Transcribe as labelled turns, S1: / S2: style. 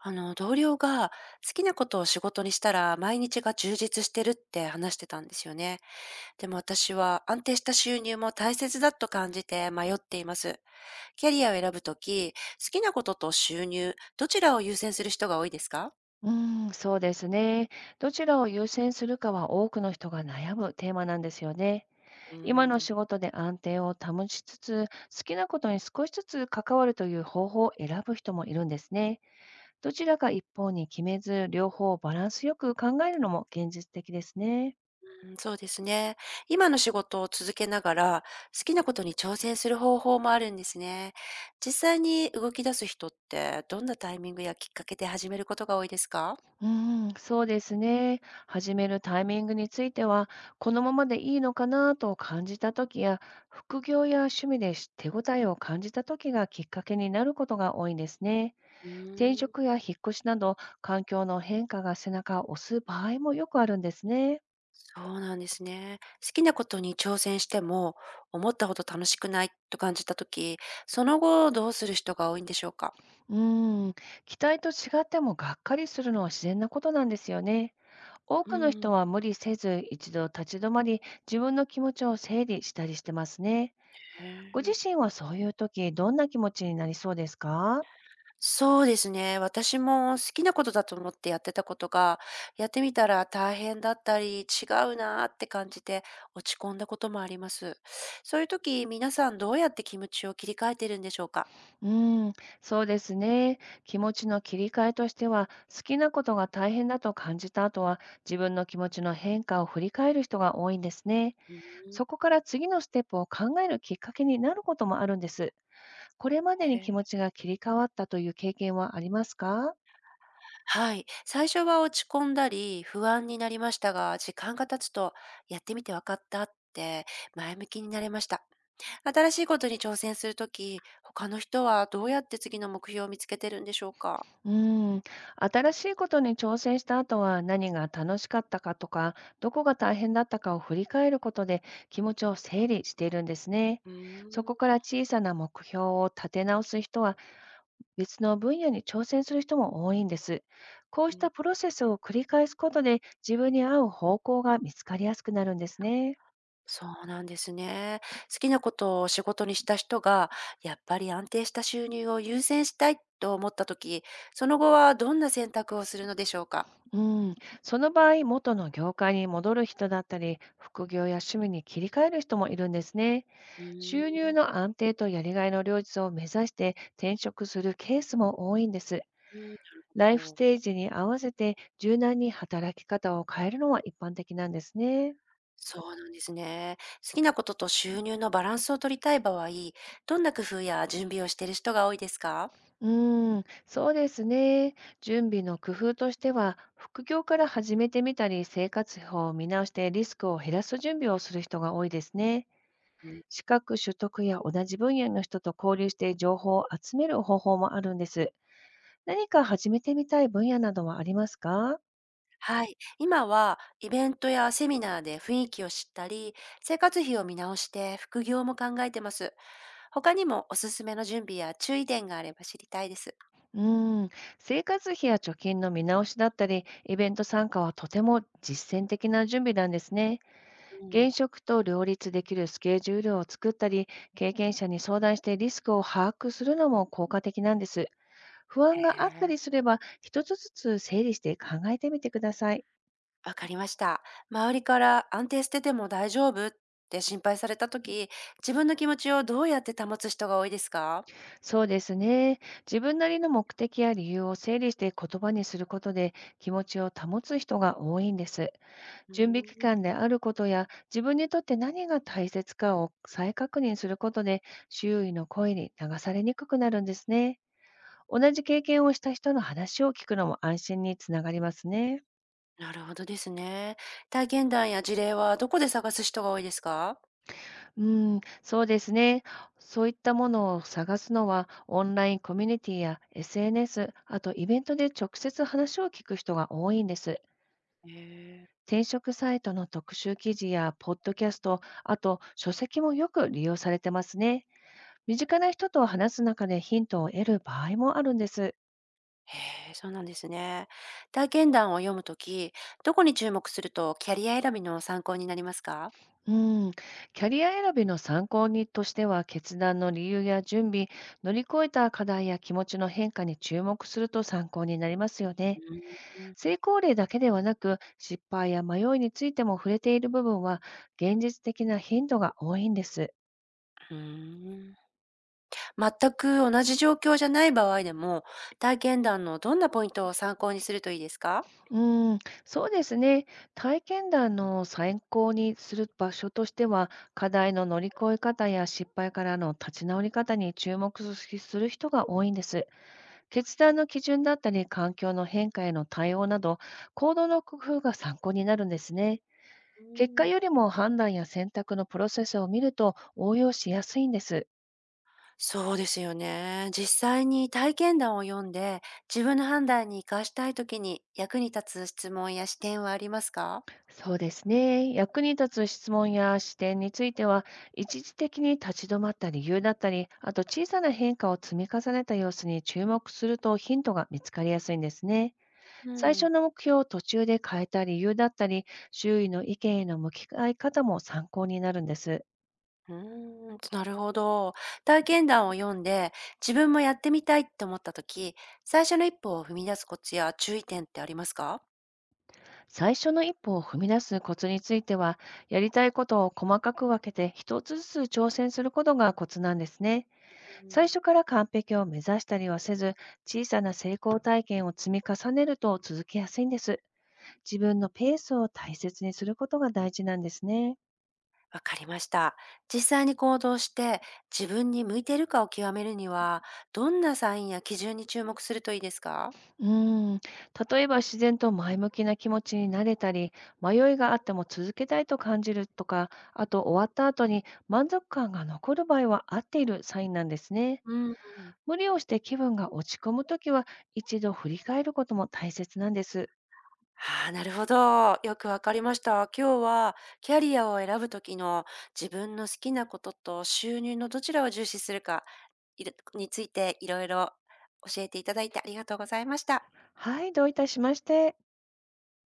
S1: 同僚が好きなことを仕事にしたら毎日が充実してるって話してたんですよね。でも私は安定した収入も大切だと感じて迷っています。キャリアを選ぶとき、好きなことと収入、どちらを優先する人が多いですか？
S2: そうですね。どちらを優先するかは多くの人が悩むテーマなんですよね。
S1: うー
S2: 今の
S1: ん、
S2: 仕事で安定を保ちつつ、好きなことに少しずつ関わるという方法を選ぶ人もいるんですね。どちらか一方に決めず、両方をバランスよく考えるのも現実的ですね。
S1: そうですね。今の仕事を続けながら好きなことに挑戦する方法もあるんですね。実際に動き出す人ってどんなタイミングやきっかけで始めることが多いですか？
S2: うーそうですね。始めるタイミングについては、このままでいいのかなと感じたときや、副業や趣味で手応えを感じたときがきっかけになることが多いんですね。
S1: う
S2: 転
S1: ーん。
S2: 職や引っ越しなど、環境の変化が背中を押す場合もよくあるんですね。
S1: そうなんですね。好きなことに挑戦しても、思ったほど楽しくないと感じたとき、その後どうする人が多いんでしょうか？
S2: うーん、期待と違ってもがっかりするのは自然なことなんですよね。多
S1: う
S2: くの人
S1: ん。
S2: は無理せず、一度立ち止まり、自分の気持ちを整理したりしてますね。
S1: へ
S2: ご自
S1: え。
S2: 身はそういう時、どんな気持ちになりそうですか？
S1: そうですね。私も好きなことだと思ってやってたことが、やってみたら大変だったり、違うなーって感じて落ち込んだこともあります。そういう時、皆さんどうやって気持ちを切り替えてるんでしょうか？
S2: うーん、そうですね。気持ちの切り替えとしては、好きなことが大変だと感じた後は、自分の気持ちの変化を振り返る人が多いんですね。
S1: うん。
S2: そこから次のステップを考えるきっかけになることもあるんです。これまで
S1: へ
S2: に気持
S1: え。
S2: ちが切り替わったという経験はありますか？
S1: はい。最初は落ち込んだり不安になりましたが、時間が経つとやってみて分かったって前向きになれました。新しいことに挑戦するとき、他の人はどうやって次の目標を見つけてるんでしょうか？
S2: うん、新しいことに挑戦した後は何が楽しかったかとか、どこが大変だったかを振り返ることで気持ちを整理しているんですね。
S1: う
S2: そ
S1: ー
S2: こか
S1: ん。
S2: ら小さな目標を立て直す人は別の分野に挑戦する人も多いんです。こう
S1: う
S2: した
S1: ん。
S2: プロセスを繰り返すことで自分に合う方向が見つかりやすくなるんですね。
S1: そうなんですね。好きなことを仕事にした人が、やっぱり安定した収入を優先したいと思ったとき、その後はどんな選択をするのでしょうか？
S2: うん、その場合、元の業界に戻る人だったり、副業や趣味に切り替える人もいるんですね。
S1: うー
S2: 収入
S1: ん。
S2: の安定とやりがいの両立を目指して転職するケースも多いんです。
S1: うん。
S2: ライフステージに合わせて柔軟に働き方を変えるのは一般的なんですね。
S1: そうなんですね。好きなことと収入のバランスを取りたい場合、どんな工夫や準備をしている人が多いですか？
S2: そうですね。準備の工夫としては、副業から始めてみたり、生活費を見直してリスクを減らす準備をする人が多いですね。
S1: うん、
S2: 資格取得や同じ分野の人と交流して情報を集める方法もあるんです。何か始めてみたい分野などはありますか？
S1: はい。今はイベントやセミナーで雰囲気を知ったり、生活費を見直して副業も考えてます。他にもおすすめの準備や注意点があれば知りたいです。
S2: うん、生活費や貯金の見直しだったり、イベント参加はとても実践的な準備なんですね。
S1: うん。
S2: 現職と両立できるスケジュールを作ったり、経験者に相談してリスクを把握するのも効果的なんです。不安
S1: へ
S2: があった
S1: え、
S2: りすれば、一つずつ整理して考えてみてください。
S1: わかりました。周りから安定してても大丈夫って心配された時、自分の気持ちをどうやって保つ人が多いですか？
S2: そうですね。自分なりの目的や理由を整理して言葉にすることで、気持ちを保つ人が多いんです。
S1: うー
S2: 準備期
S1: ん、
S2: 間であることや自分にとって何が大切かを再確認することで周囲の声に流されにくくなるんですね。同じ経験をした人の話を聞くのも安心につながりますね。
S1: なるほどですね。体験談や事例はどこで探す人が多いですか？
S2: うん、そうですね。そういったものを探すのはオンラインコミュニティや SNS、あとイベントで直接話を聞く人が多いんです。
S1: へえ。
S2: 転職サイトの特集記事やポッドキャスト、あと書籍もよく利用されてますね。身近な人と話す中でヒントを得る場合もあるんです。
S1: へえ、そうなんですね。体験談を読むとき、どこに注目するとキャリア選びの参考になりますか？
S2: うん、キャリア選びの参考にとしては、決断の理由や準備、乗り越えた課題や気持ちの変化に注目すると参考になりますよ
S1: う
S2: ね。
S1: ーん。
S2: 成功例だけではなく、失敗や迷いについても触れている部分は、現実的なヒントが多いんです。
S1: うーん全く同じ状況じゃない場合でも、体験談のどんなポイントを参考にするといいですか？
S2: うん、そうですね。体験談の参考にする場所としては、課題の乗り越え方や失敗からの立ち直り方に注目する人が多いんです。決断の基準だったり、環境の変化への対応など、行動の工夫が参考になるんですね。
S1: う
S2: 結果
S1: ーん
S2: よりも判断や選択のプロセスを見ると応用しやすいんです。
S1: そうですよね。実際に体験談を読んで、自分の判断に活かしたいときに役に立つ質問や視点はありますか？
S2: そうですね。役に立つ質問や視点については、一時的に立ち止まった理由だったり、あと小さな変化を積み重ねた様子に注目するとヒントが見つかりやすいんですね。
S1: う
S2: 最
S1: ん。
S2: 初の目標を途中で変えた理由だったり、周囲の意見への向き合い方も参考になるんです。
S1: うーん、なるほど。体験談を読んで、自分もやってみたいって思ったとき、最初の一歩を踏み出すコツや注意点ってありますか？
S2: 最初の一歩を踏み出すコツについては、やりたいことを細かく分けて一つずつ挑戦することがコツなんですね。
S1: う
S2: 最
S1: ん、
S2: 初から完璧を目指したりはせず、小さな成功体験を積み重ねると続けやすいんです。自分のペースを大切にすることが大事なんですね。
S1: わかりました。実際に行動して、自分に向いているかを極めるには、どんなサインや基準に注目するといいですか？
S2: うーん。例えば自然と前向きな気持ちになれたり、迷いがあっても続けたいと感じるとか、あと終わった後に満足感が残る場合は合っているサインなんですね。
S1: うん。
S2: 無理をして気分が落ち込むときは、一度振り返ることも大切なんです。
S1: ああ、なるほど。よくわかりました。今日はキャリアを選ぶ時の自分の好きなことと収入のどちらを重視するかいについて、いろいろ教えていただいてありがとうございました。
S2: はい、どういたしまして。